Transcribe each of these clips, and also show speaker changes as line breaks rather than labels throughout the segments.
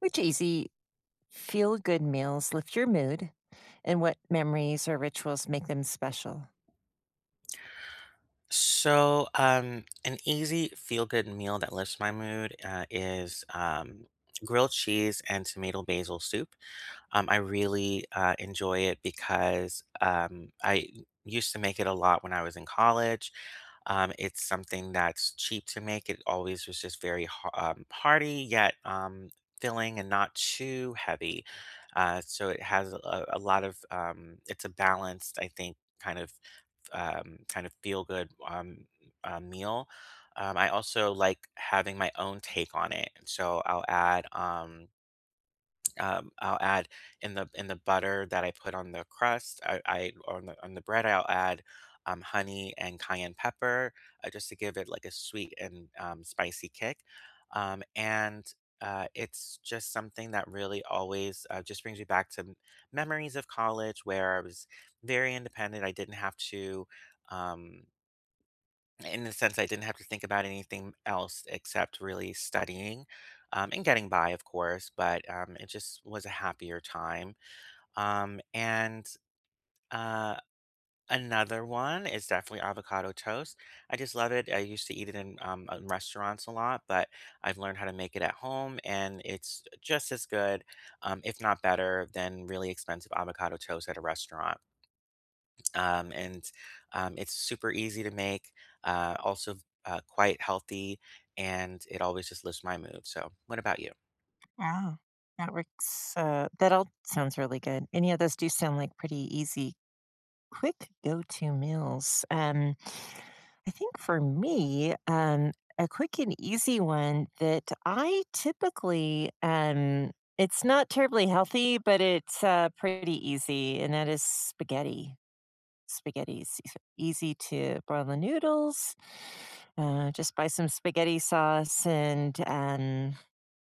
Which easy, feel good meals lift your mood? And what memories or rituals make them special?
So, an easy feel-good meal that lifts my mood is grilled cheese and tomato basil soup. I really enjoy it because I used to make it a lot when I was in college. It's something that's cheap to make. It always was just very hearty, yet filling and not too heavy. So it has a lot of, it's a balanced, I think, kind of feel good meal. I also like having my own take on it. And so I'll add in the butter that I put on the crust. I on the bread I'll add honey and cayenne pepper just to give it like a sweet and spicy kick. And it's just something that really always just brings me back to memories of college where I was very independent. I didn't have to. Um, in the sense I didn't have to think about anything else except really studying and getting by, of course, but it just was a happier time. And uh, another one is definitely avocado toast. I just love it. I used to eat it in restaurants a lot, but I've learned how to make it at home, and it's just as good, if not better, than really expensive avocado toast at a restaurant and it's super easy to make. Also, quite healthy, and it always just lifts my mood. So, what about you?
Wow, that works. That all sounds really good. Any of those do sound like pretty easy, quick go to meals. I think for me, a quick and easy one that I typically, it's not terribly healthy, but it's pretty easy, and that is spaghetti. Spaghetti's easy to boil the noodles. Just buy some spaghetti sauce and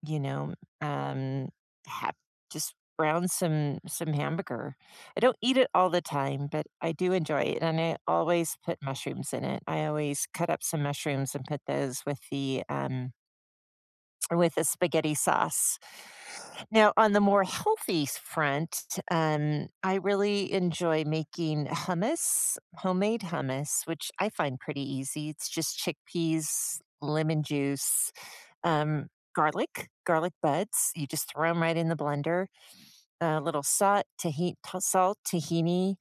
you know, um, have just brown some hamburger. I don't eat it all the time, but I do enjoy it, and I always put mushrooms in it. I always cut up some mushrooms and put those with the with a spaghetti sauce. Now, on the more healthy front, I really enjoy making hummus, homemade hummus, which I find pretty easy. It's just chickpeas, lemon juice, um, garlic, garlic buds. You just throw them right in the blender. A little salt, tahini, salt, tahini,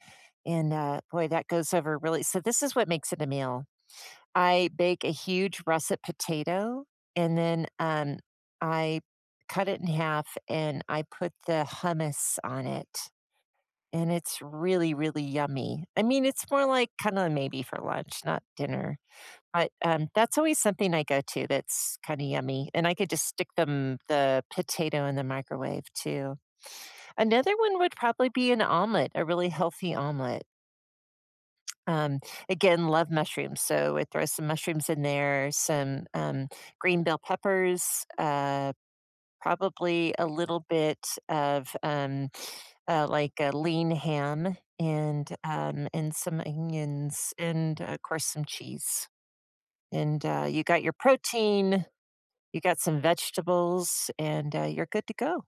and boy, that goes over really. So this is what makes it a meal. I bake a huge russet potato and then, I cut it in half and I put the hummus on it, and it's really, really yummy. I mean, it's more like kinda maybe for lunch, not dinner, but, that's always something I go to that's kinda yummy, and I could just stick them the potato in the microwave too. Another one would probably be an omelet, a really healthy omelet. Um, again, love mushrooms, so I throw some mushrooms in there, some, green bell peppers, probably a little bit of, like, a lean ham and some onions and, of course, some cheese. And, you got your protein, you got some vegetables, and, you're good to go.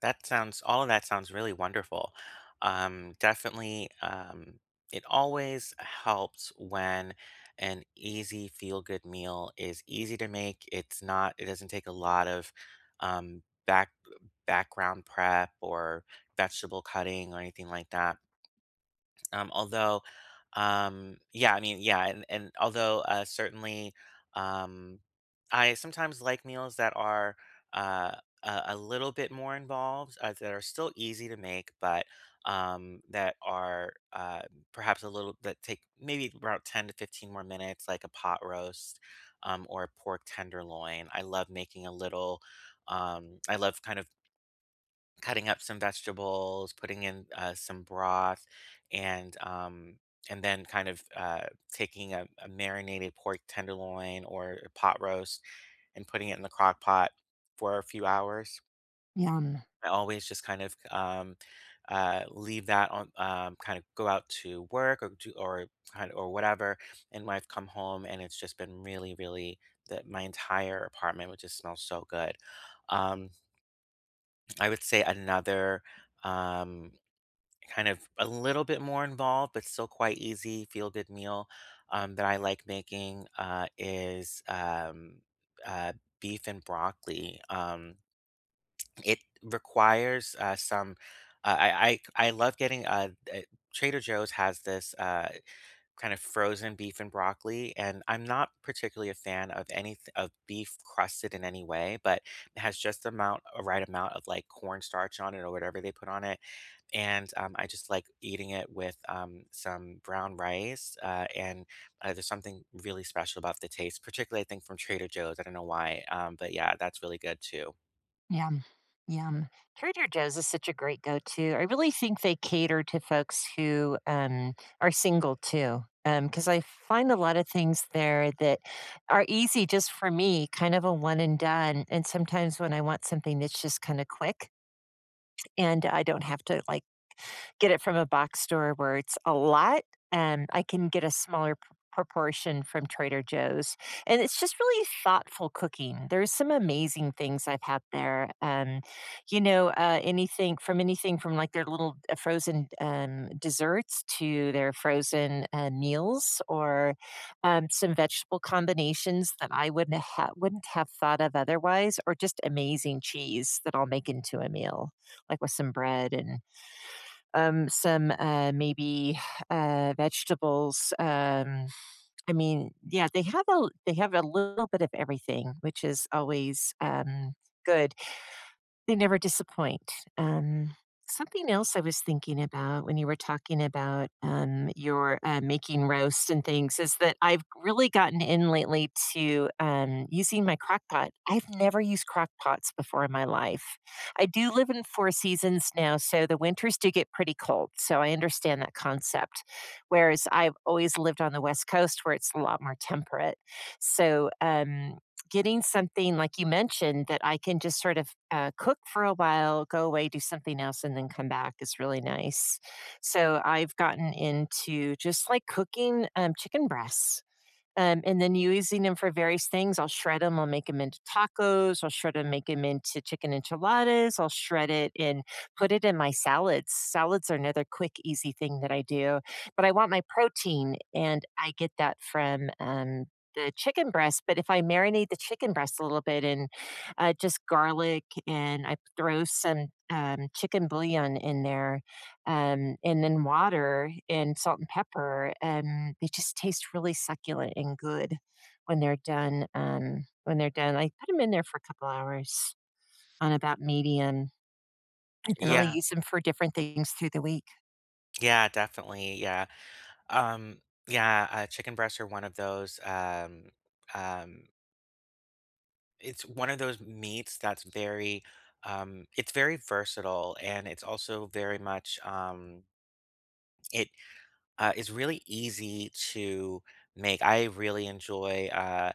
That sounds all of that sounds really wonderful. Definitely, it always helps when an easy feel good meal is easy to make. It's not. It doesn't take a lot of um, back background prep or vegetable cutting or anything like that. Although, yeah, I mean, yeah, and although certainly um, I sometimes like meals that are uh, a little bit more involved, that are still easy to make, but that are perhaps a little that take maybe about 10 to 15 more minutes, like a pot roast or a pork tenderloin. I love making a little. I love kind of cutting up some vegetables, putting in some broth, and um, and then kind of taking a marinated pork tenderloin or a pot roast and putting it in the crock pot for a few hours.
Yum,
I always just kind of leave that on, kind of go out to work or do or kind of, or whatever, and when I've come home and it's just been really, really that my entire apartment would just smell so good. Um, I would say another. Um, Kind of a little bit more involved, but still quite easy feel good meal that I like making is uh, beef and broccoli. It requires some. Uh, I, I love getting Trader Joe's has this kind of frozen beef and broccoli, and I'm not particularly a fan of any of beef crusted in any way, but it has a right amount of like cornstarch on it or whatever they put on it and I just like eating it with some brown rice. And there's something really special about the taste, particularly I think from Trader Joe's. I don't know why, but yeah, that's really good too.
yum. Yum. Trader Joe's is such a great go-to. I really think they cater to folks who, are single too, because I find a lot of things there that are easy just for me, kind of a one and done, and sometimes when I want something that's just kinda quick and I don't have to, like, get it from a box store where it's a lot, and I can get a smaller proportion from Trader Joe's. And it's just really thoughtful cooking. There's some amazing things I've had there. Anything from like their little frozen desserts to their frozen meals or some vegetable combinations that I wouldn't have thought of otherwise, or just amazing cheese that I'll make into a meal, like with some bread and some maybe vegetables. I mean, yeah, they have a little bit of everything, which is always good. They never disappoint. Um, something else I was thinking about when you were talking about your making roast and things is that I've really gotten in lately to using my crock pot. I've never used crock pots before in my life. I do live in four seasons now, so the winters do get pretty cold. So I understand that concept. Whereas I've always lived on the West Coast where it's a lot more temperate. So, getting something like you mentioned that I can just sort of cook for a while, go away, do something else, and then come back is really nice. So I've gotten into just like cooking chicken breasts and then using them for various things. I'll shred them. I'll make them into tacos. I'll shred them, make them into chicken enchiladas. I'll shred it and put it in my salads. Salads are another quick, easy thing that I do. But I want my protein, and I get that from the chicken breast. But if I marinate the chicken breast a little bit and just garlic, and I throw some chicken bouillon in there, and then water and salt and pepper. They just taste really succulent and good when they're done. When they're done, I put them in there for a couple hours on about medium, and then I'll
Yeah,
use them for different things through the week.
yeah, definitely. Yeah. Um, yeah, chicken breasts are one of those. Um, it's one of those meats that's very, it's very versatile and it's also very much, it is really easy to make. I really enjoy. Uh,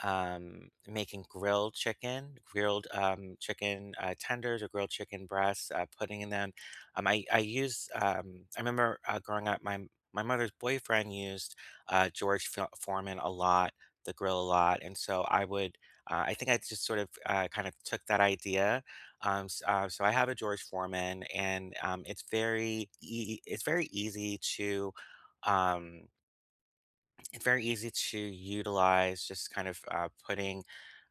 um, Making grilled chicken tenders or grilled chicken breasts, putting in them. I use. I remember growing up, my mother's boyfriend used George Foreman a lot, the grill a lot, and so I would. I think I just sort of kind of took that idea. So I have a George Foreman, and it's very easy to. Um, it's very easy to utilize just kind of putting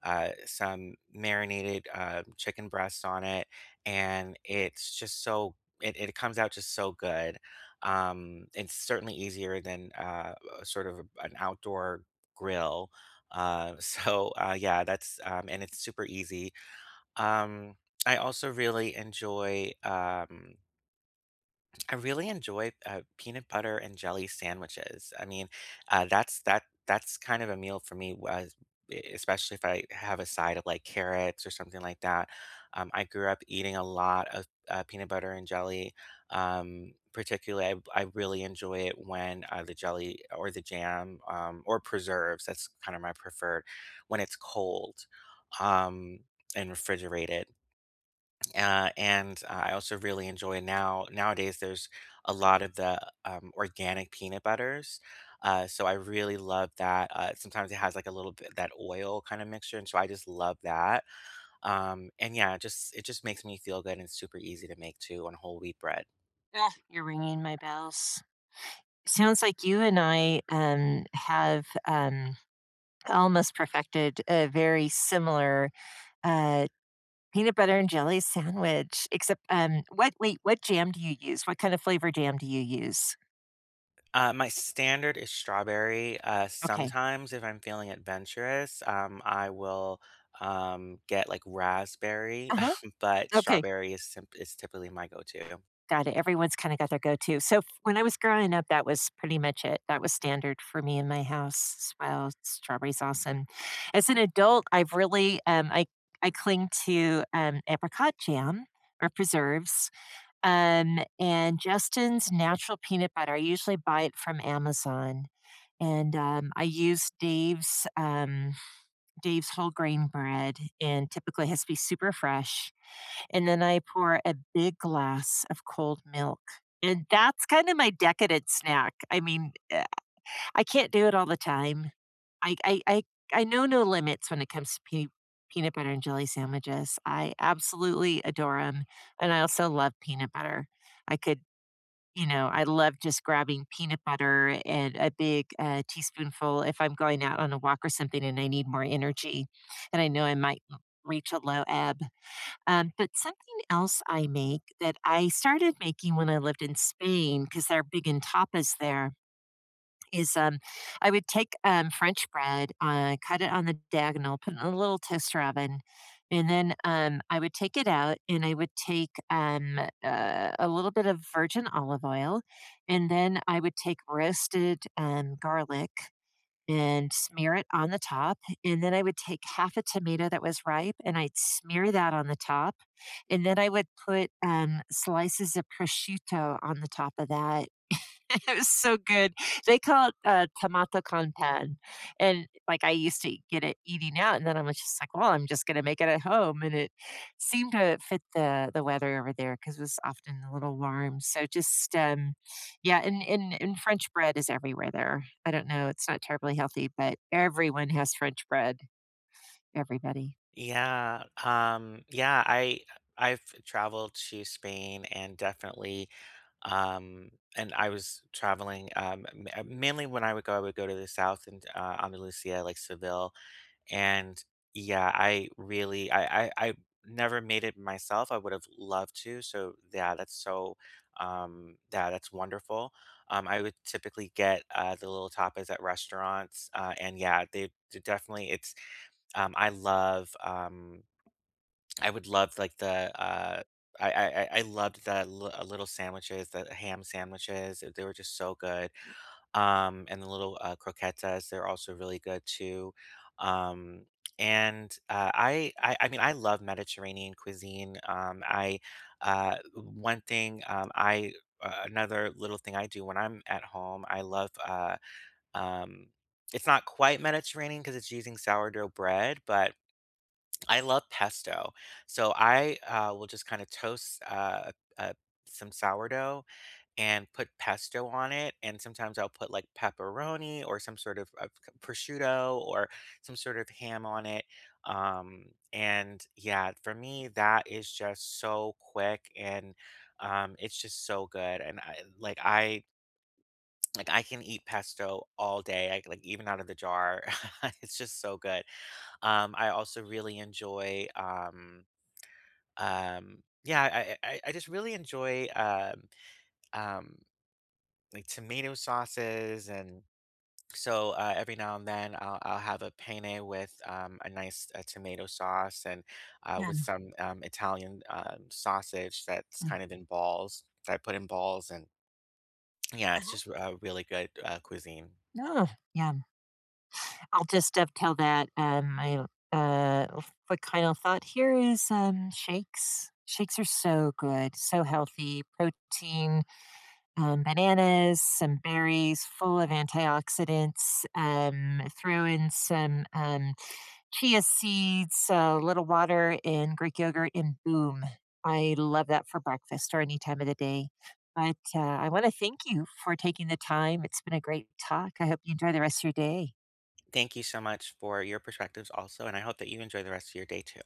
some marinated chicken breast on it and it's just so it comes out just so good it's certainly easier than a sort of an outdoor grill so yeah that's and it's super easy um, I also really enjoy I really enjoy peanut butter and jelly sandwiches. I mean, that's kind of a meal for me, especially if I have a side of like carrots or something like that. I grew up eating a lot of peanut butter and jelly. Particularly, I really enjoy it when the jelly or the jam or preserves. That's kind of my preferred when it's cold um, and refrigerated and I also really enjoy now nowadays. There's a lot of the organic peanut butters, so I really love that. Sometimes it has like a little bit that oil kind of mixture, and so I just love that. And yeah, just it just makes me feel good, and it's super easy to make too on whole wheat bread.
Ah, you're ringing my bells. Sounds like you and I have almost perfected a very similar uh, peanut butter and jelly sandwich. Except, what? Wait, what jam do you use? What kind of flavor jam do you use?
My standard is strawberry.
Okay.
Sometimes, if I'm feeling adventurous, I will get like raspberry,
Uh-huh.
but
Okay.
strawberry is is typically my go-to.
Got it. Everyone's kinda got their go-to. So, f when I was growing up, that was pretty much it. That was standard for me in my house as well, strawberry sauce, and as an adult, I've really, I cling to, apricot jam or preserves, and Justin's natural peanut butter. I usually buy it from Amazon, and, I use Dave's, um, Dave's whole grain bread and typically has to be super fresh. And then I pour a big glass of cold milk. And that's kind of my decadent snack. I mean, I can't do it all the time. I, I, I, I know no limits when it comes to peanut butter and jelly sandwiches. I absolutely adore them. And I also love peanut butter. I could, you know, I love just grabbing peanut butter and a big teaspoonful if I'm going out on a walk or something and I need more energy. And I know I might reach a low ebb. But something else I make that I started making when I lived in Spain because they're big in tapas there is I would take French bread, cut it on the diagonal, put it in a little toaster oven, and then I would take it out and I would take a little bit of virgin olive oil, and then I would take roasted garlic and smear it on the top. And then I would take half a tomato that was ripe and I'd smear that on the top. And then I would put slices of prosciutto on the top of that. It was so good. They call it tomato con pan, and like I used to get it eating out, and then I am just like, well, I'm just gonna make it at home, and it seemed to fit the weather over there because it was often a little warm. So just yeah, and French bread is everywhere there. I don't know, it's not terribly healthy, but everyone has French bread. Everybody.
Yeah, yeah, I've traveled to Spain and definitely, um, and I was traveling mainly when I would go to the south and Andalusia, like Seville, and yeah, I really, I never made it myself. I would have loved to. So, yeah, that's wonderful. I would typically get the little tapas at restaurants, and yeah, they definitely it's I love. I would love like the uh, I loved the little sandwiches, the ham sandwiches. They were just so good. And the little croquetas, they're also really good too. Um and I mean I love Mediterranean cuisine. I one thing I another little thing I do when I'm at home, I love um it's not quite Mediterranean because it's using sourdough bread, but I love pesto. So I will just kind of toast uh, some sourdough and put pesto on it. And sometimes I'll put like pepperoni or some sort of prosciutto or some sort of ham on it. Um, and yeah, for me, that is just so quick and it's just so good. And I, like I like I can eat pesto all day. I, like even out of the jar, it's just so good. I also really enjoy. I just really enjoy, um, like, tomato sauces, and so, every now and then, I'll have a penne with, a nice, tomato sauce and,
Yeah.
with some, Italian, sausage that's
Mm.
kind of in balls that I put in balls, and yeah, it's
Uh-huh.
just, really good, cuisine.
No. Yeah. I'll just dovetail that. I uh, what kind of thought here is shakes. Shakes are so good, so healthy. Protein, bananas, some berries, full of antioxidants. Throw in some chia seeds, a little water, and Greek yogurt, and boom! I love that for breakfast or any time of the day. But I want to thank you for taking the time. It's been a great talk. I hope you enjoy the rest of your day.
Thank you so much for your perspectives also, and I hope that you enjoy the rest of your day too.